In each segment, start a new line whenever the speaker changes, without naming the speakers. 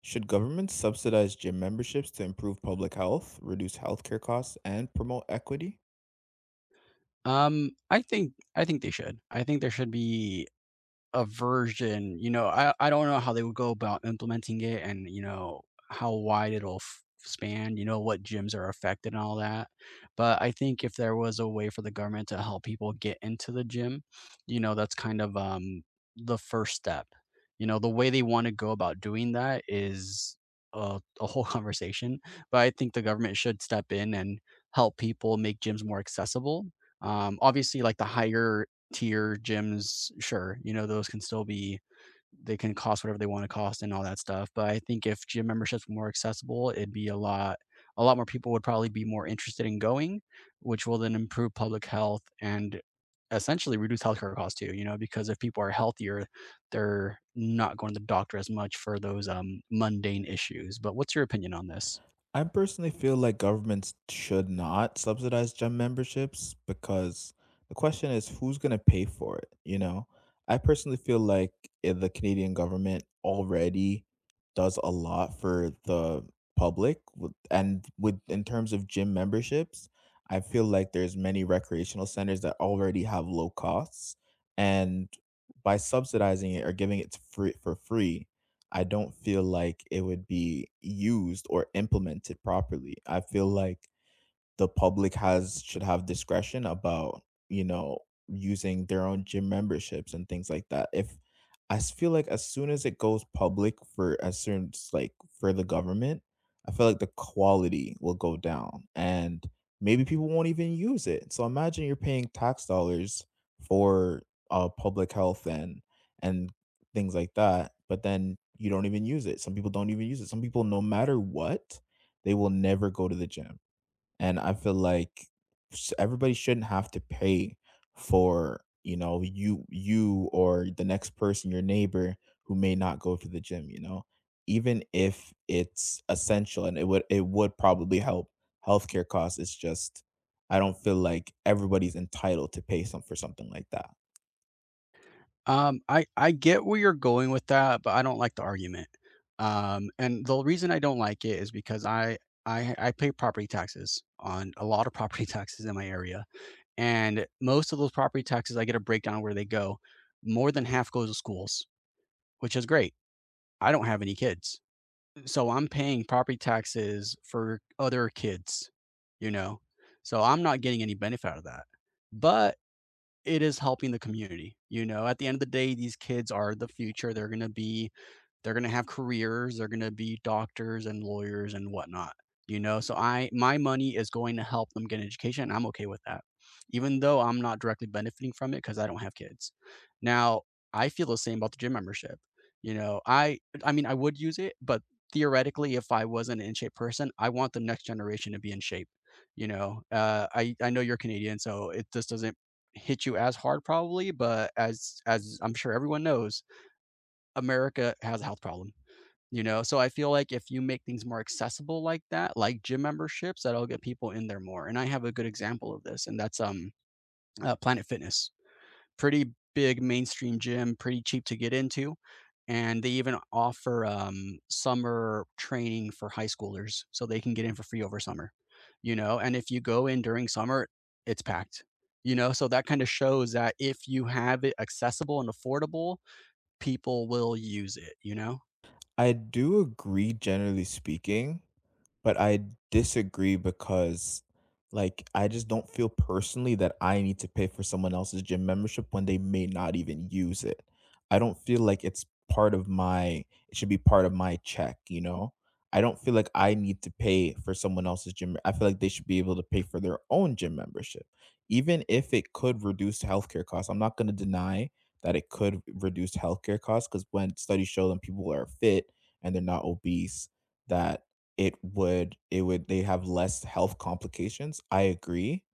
Should governments subsidize gym memberships to improve public health, reduce healthcare costs, and promote equity?
I think they should. I think there should be a version, you know, I don't know how they would go about implementing it and, you know, how wide it'll f span, you know, what gyms are affected and all that, but I think if there was a way for the government to help people get into the gym, you know, that's kind of, the first step. You know, the way they wanna go about doing that is a whole conversation, but I think the government should step in and help people make gyms more accessible. Obviously, like, the higher tier gyms, sure, you know, those can still be they can cost whatever they want to cost and all that stuff. But I think if gym memberships were more accessible, it'd be a lot more people would probably be more interested in going, which will then improve public health and essentially reduce healthcare costs too, you know, because if people are healthier, they're not going to the doctor as much for those mundane issues. But what's your opinion on this?
I personally feel like governments should not subsidize gym memberships because the question is who's going to pay for it, you know? I personally feel like the Canadian government already does a lot for the public with- and with in terms of gym memberships. I feel like there's many recreational centers that already have low costs, and by subsidizing it or giving free free. For free, I don't feel like it would be used or implemented properly. I feel like the public has should have discretion about, you know, using their own gym memberships and things like that. If I s- feel like as soon as it goes public for as soon as for the government, I feel like the quality will go down and maybe people won't even use it. So imagine you're paying tax dollars for public health and and things like that, but then you don't even use it. Some people don't even use it. Some people, no matter what, they will never go to the gym, and I feel like everybody shouldn't have to pay for, you know, you or the next person, your neighbor, who may not go to the gym. You know, even if it's essential and it would probably help healthcare costs. It's just I don't feel like everybody's entitled to pay some for something like that.
I get where you're going with that, but I don't like the argument. And the reason I don't like it is because I pay property taxes on a lot of property taxes in my area, and most of those property taxes, I get a breakdown of where they go. More than half goes to schools, which is great. I don't have any kids, so I'm paying property taxes for other kids, you know? So I'm not getting any benefit out of that. But it is helping the community. You know, at the end of the day, these kids are the future. They're gonna be they're gonna have careers, they're gonna be doctors and lawyers and whatnot. You know, so I my money is going to help them get an education. And I'm okay with that. Even though I'm not directly benefiting from it because I don't have kids. Now, I feel the same about the gym membership. You know, I mean I would use it, but theoretically, if I wasn't an in shape person, I want the next generation to be in shape. You know, I know you're Canadian, so it just doesn't hit you as hard probably, but as I'm sure everyone knows, America has a health problem, you know? So I feel like if you make things more accessible like that, like gym memberships, that'll get people in there more. And I have a good example of this, and that's Planet Fitness, pretty big mainstream gym, pretty cheap to get into, and they even offer summer training for high schoolers, so they can get in for free over summer, you know? And if you go in during summer, it's packed, you know? So that kind of shows that if you have it accessible and affordable, people will use it, you know?
I do agree, generally speaking, but I disagree because, like, I just don't feel personally that I need to pay for someone else's gym membership when they may not even use it. I don't feel like it's part of my, it should be part of my check, you know? I don't feel like I need to pay for someone else's gym. I feel like they should be able to pay for their own gym membership, even if it could reduce healthcare costs. I'm not going to deny that it could reduce healthcare costs because when studies show them people who are fit, and they're not obese, that it would they have less health complications. I agree.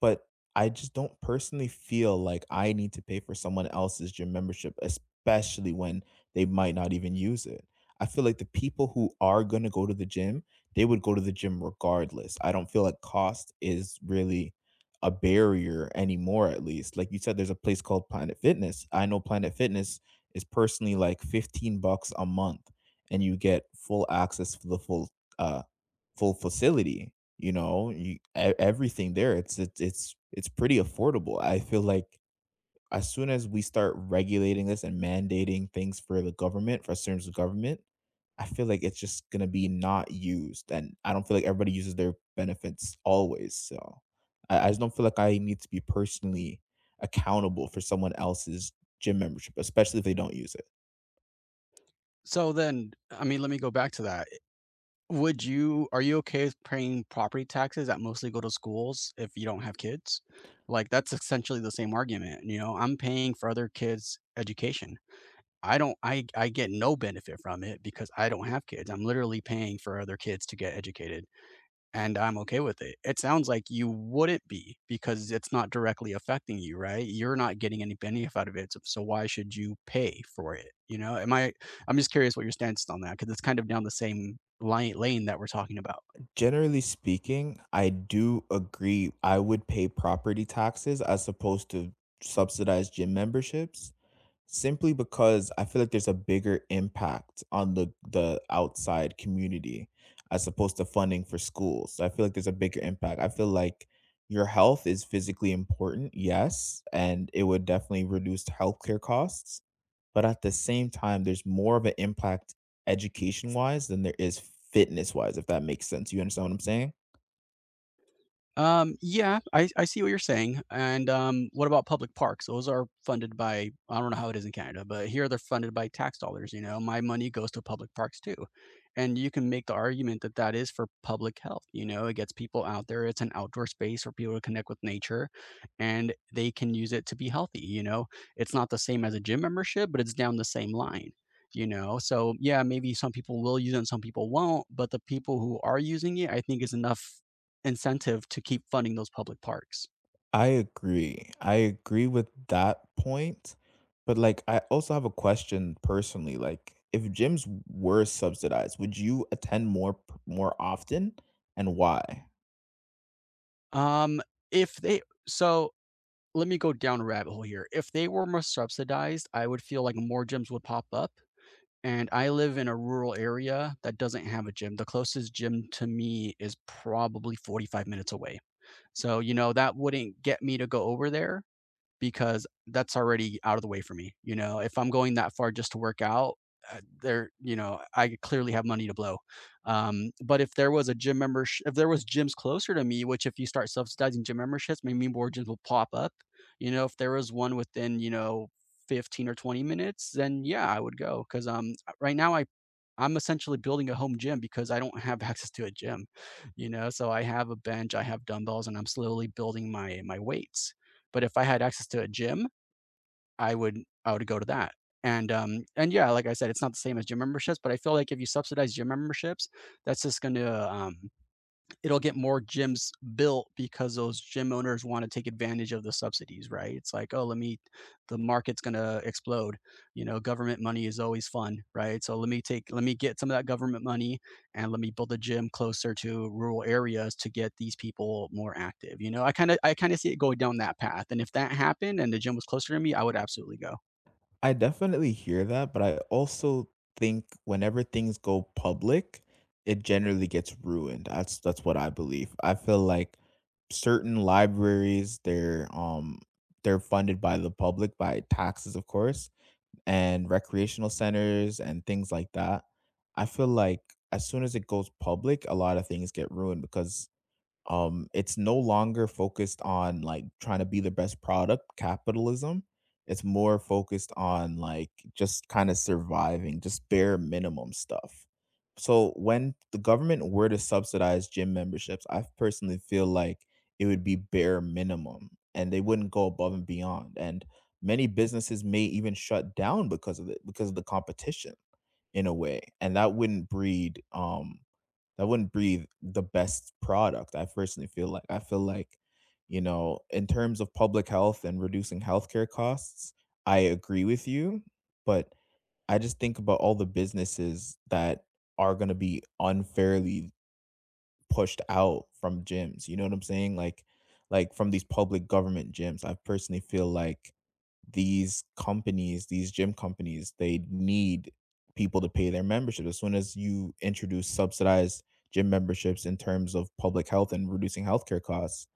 But I just don't personally feel like I need to pay for someone else's gym membership, especially when they might not even use it. I feel like the people who are going to go to the gym, they would go to the gym regardless. I don't feel like cost is really a barrier anymore, at least. Like you said, there's a place called Planet Fitness. I know Planet Fitness is personally like $15 a month, and you get full access for the uh, full facility. You know, everything there, it's pretty affordable. I feel like as soon as we start regulating this and mandating things for the government, for terms of government, I feel like it's just gonna be not used, and I don't feel like everybody uses their benefits always. So I just don't feel like I need to be personally accountable for someone else's gym membership, especially if they don't use it.
So then, I mean, let me go back to that. Would you are you okay with paying property taxes that mostly go to schools if you don't have kids? Like, that's essentially the same argument, you know, I'm paying for other kids' education. I don't I get no benefit from it because I don't have kids. I'm literally paying for other kids to get educated and I'm okay with it. It sounds like you wouldn't be because it's not directly affecting you, right? You're not getting any benefit out of it, so so why should you pay for it? You know, am I? I'm just curious what your stance is on that because it's kind of down the same line, lane that we're talking about.
Generally speaking, I do agree. I would pay property taxes as opposed to subsidized gym memberships. Simply because I feel like there's a bigger impact on the outside community as opposed to funding for schools. So I feel like there's a bigger impact. I feel like your health is physically important, yes, and it would definitely reduce healthcare costs. But at the same time, there's more of an impact education wise than there is fitness wise, if that makes sense. You understand what I'm saying?
Yeah, I see what you're saying. And what about public parks? Those are funded by, I don't know how it is in Canada, but here they're funded by tax dollars. You know, my money goes to public parks too. And you can make the argument that that is for public health. You know, it gets people out there. It's an outdoor space for people to connect with nature and they can use it to be healthy. You know, it's not the same as a gym membership, but it's down the same line. You know, so yeah, maybe some people will use it and some people won't, but the people who are using it, I think, is enough incentive to keep funding those public parks.
I agree. I agree with that point. But like I also have a question personally. Like if gyms were subsidized, would you attend more often, and why?
Um, if they so let me go down a rabbit hole here. If they were more subsidized, I would feel like more gyms would pop up. And I live in a rural area that doesn't have a gym. The closest gym to me is probably 45 minutes away. So, you know, that wouldn't get me to go over there, because that's already out of the way for me. You know, if I'm going that far just to work out, there, you know, I clearly have money to blow. But if there was a gym membership, if there was gyms closer to me, which if you start subsidizing gym memberships, maybe more gyms will pop up. You know, if there was one within, you know, 15 or 20 minutes, then yeah, I would go. Cause right now I, I'm essentially building a home gym because I don't have access to a gym, you know. So I have a bench, I have dumbbells, and I'm slowly building my weights. But if I had access to a gym, I would I would go to that. And yeah, like I said, it's not the same as gym memberships, but I feel like if you subsidize gym memberships, that's just going to it'll get more gyms built because those gym owners want to take advantage of the subsidies, right? It's like, oh, let me, the market's going to explode. You know, government money is always fun, right? So let me take, let me get some of that government money and let me build a gym closer to rural areas to get these people more active. You know, I kind of see it going down that path. And if that happened and the gym was closer to me, I would absolutely go.
I definitely hear that, but I also think whenever things go public, it generally gets ruined. That's what I believe. I feel like certain libraries, they're funded by the public by taxes, of course, and recreational centers and things like that. I feel like as soon as it goes public, a lot of things get ruined because it's no longer focused on like trying to be the best product, capitalism. It's more focused on like just kind of surviving, just bare minimum stuff. So when the government were to subsidize gym memberships, I personally feel like it would be bare minimum, and they wouldn't go above and beyond, and many businesses may even shut down because of it, because of the competition in a way, and that wouldn't breed, that wouldn't breathe the best product. I personally feel like I feel like, you know, in terms of public health and reducing healthcare costs, I agree with you, but I just think about all the businesses that are going to be unfairly pushed out from gyms, you know what I'm saying? Like from these public government gyms. I personally feel like these companies, these gym companies, they need people to pay their membership. As soon as you introduce subsidized gym memberships in terms of public health and reducing healthcare costs,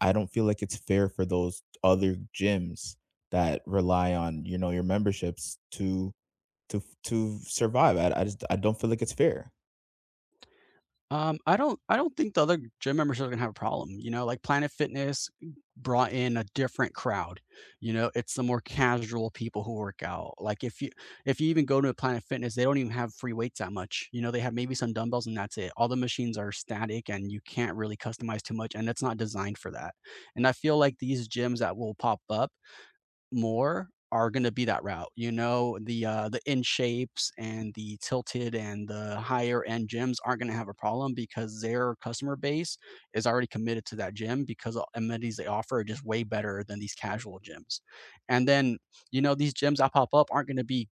I don't feel like it's fair for those other gyms that rely on, you know, your memberships to to survive. I just I don't feel like it's fair.
I don't think the other gym members are gonna have a problem, you know, like, Planet Fitness brought in a different crowd, you know, it's the more casual people who work out, like, if you even go to Planet Fitness, they don't even have free weights that much, you know, they have maybe some dumbbells and that's it, all the machines are static and you can't really customize too much, and it's not designed for that, and I feel like these gyms that will pop up, more are gonna be that route. You know, the in shapes and the tilted and the higher end gyms aren't gonna have a problem because their customer base is already committed to that gym because the amenities they offer are just way better than these casual gyms. And then, you know, these gyms that pop up aren't gonna be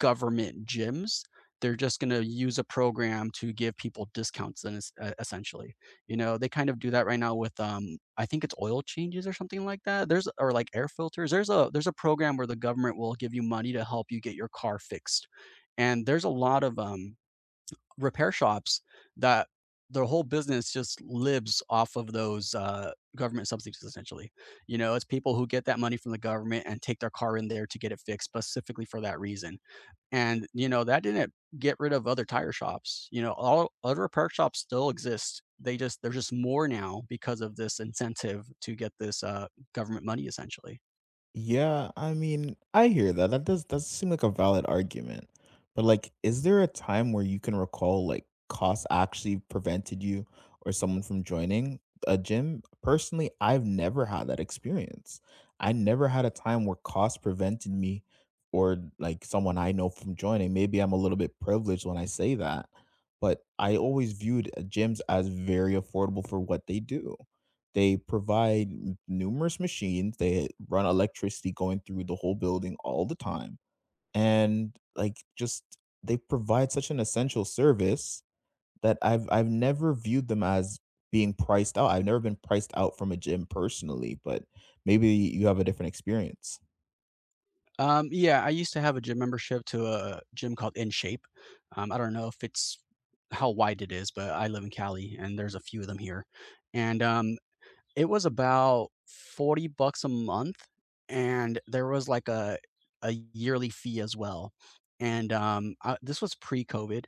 government gyms. They're just gonna use a program to give people discounts then essentially. You know, they kind of do that right now with I think it's oil changes or something like that. There's or like air filters. There's a program where the government will give you money to help you get your car fixed. And there's a lot of repair shops that their whole business just lives off of those government subsidies essentially. You know, it's people who get that money from the government and take their car in there to get it fixed specifically for that reason, and, you know, that didn't get rid of other tire shops. You know, all other repair shops still exist. They just there's just more now because of this incentive to get this, government money essentially.
Yeah, I mean, I hear that. That does seem like a valid argument. But like, is there a time where you can recall like costs actually prevented you or someone from joining a gym? Personally, I've never had that experience. I never had a time where cost prevented me or like someone I know from joining. Maybe I'm a little bit privileged when I say that, but I always viewed gyms as very affordable for what they do. They provide n numerous machines, they run electricity going through the whole building all the time, and, like, just they provide such an essential service that I've never viewed them as being priced out. I've never been priced out from a gym personally, but maybe you have a different experience.
Yeah, I used to have a gym membership to a gym called InShape. I don't know if it's how wide it is, but I live in Cali and there's a few of them here. And, it was about 40 bucks a month, and there was like a yearly fee as well, and, this was pre-COVID,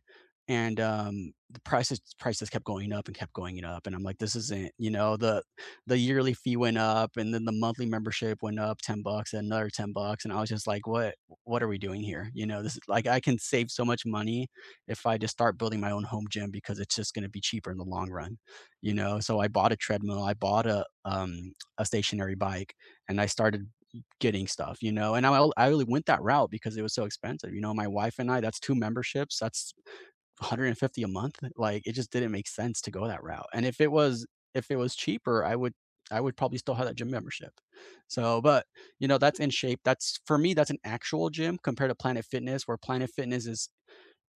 and, the prices kept going up and kept going up, and I'm like, "This isn't," you know, the yearly fee went up, and then the monthly membership went up 10 bucks, and another 10 bucks, and I was just like, what are we doing here?" You know, this is like, I can save so much money if I just start building my own home gym because it's just gonna be cheaper in the long run. You know, so I bought a treadmill, I bought a stationary bike, and I started getting stuff, you know, and I really went that route because it was so expensive. You know, my wife and I, that's two memberships, that's 150 a month, like it just didn't make sense to go that route. And if it was cheaper, I would probably still have that gym membership. So, but you know, that's in shape, that's for me, that's an actual gym compared to Planet Fitness, where Planet Fitness is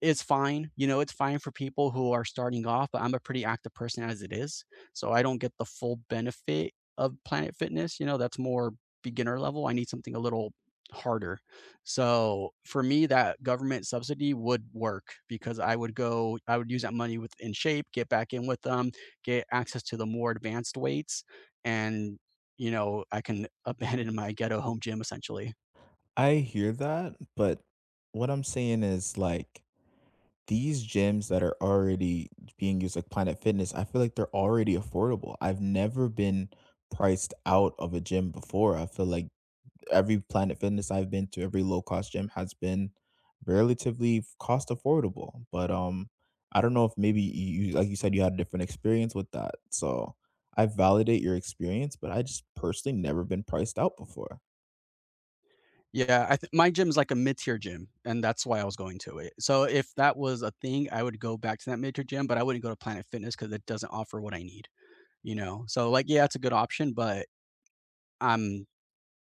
it's fine. You know, it's fine for people who are starting off, but I'm a pretty active person as it is. So I don't get the full benefit of Planet Fitness. You know, that's more beginner level. I need something a little harder. So for me, that government subsidy would work because I would go, I would use that money with in shape, get back in with them, get access to the more advanced weights, and you know, I can abandon my ghetto home gym essentially.
I hear that, but what I'm saying is, like, these gyms that are already being used, like Planet Fitness, I feel like they're already affordable. I've never been priced out of a gym before. I feel like every Planet Fitness I've been to, every low cost gym has been relatively cost affordable. But I don't know if maybe like you said, you had a different experience with that. So I validate your experience, but I just personally never been priced out before.
Yeah, I th my gym's like a mid-tier gym, and that's why I was going to it. So if that was a thing, I would go back to that mid-tier gym, but I wouldn't go to Planet Fitness because it doesn't offer what I need, you know? So, like, yeah, it's a good option, but I'm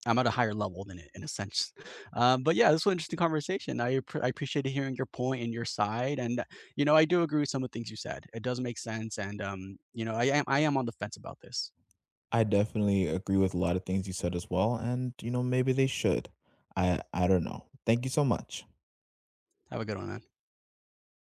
I'm at a higher level than it in a sense. But yeah, this was an interesting conversation. I appreciated hearing your point and your side, and, you know, I do agree with some of the things you said. It does make sense, and, you know, I am on the fence about this.
I definitely agree with a lot of things you said as well, and you know, maybe they should. I don't know. Thank you so much.
Have a good one, man.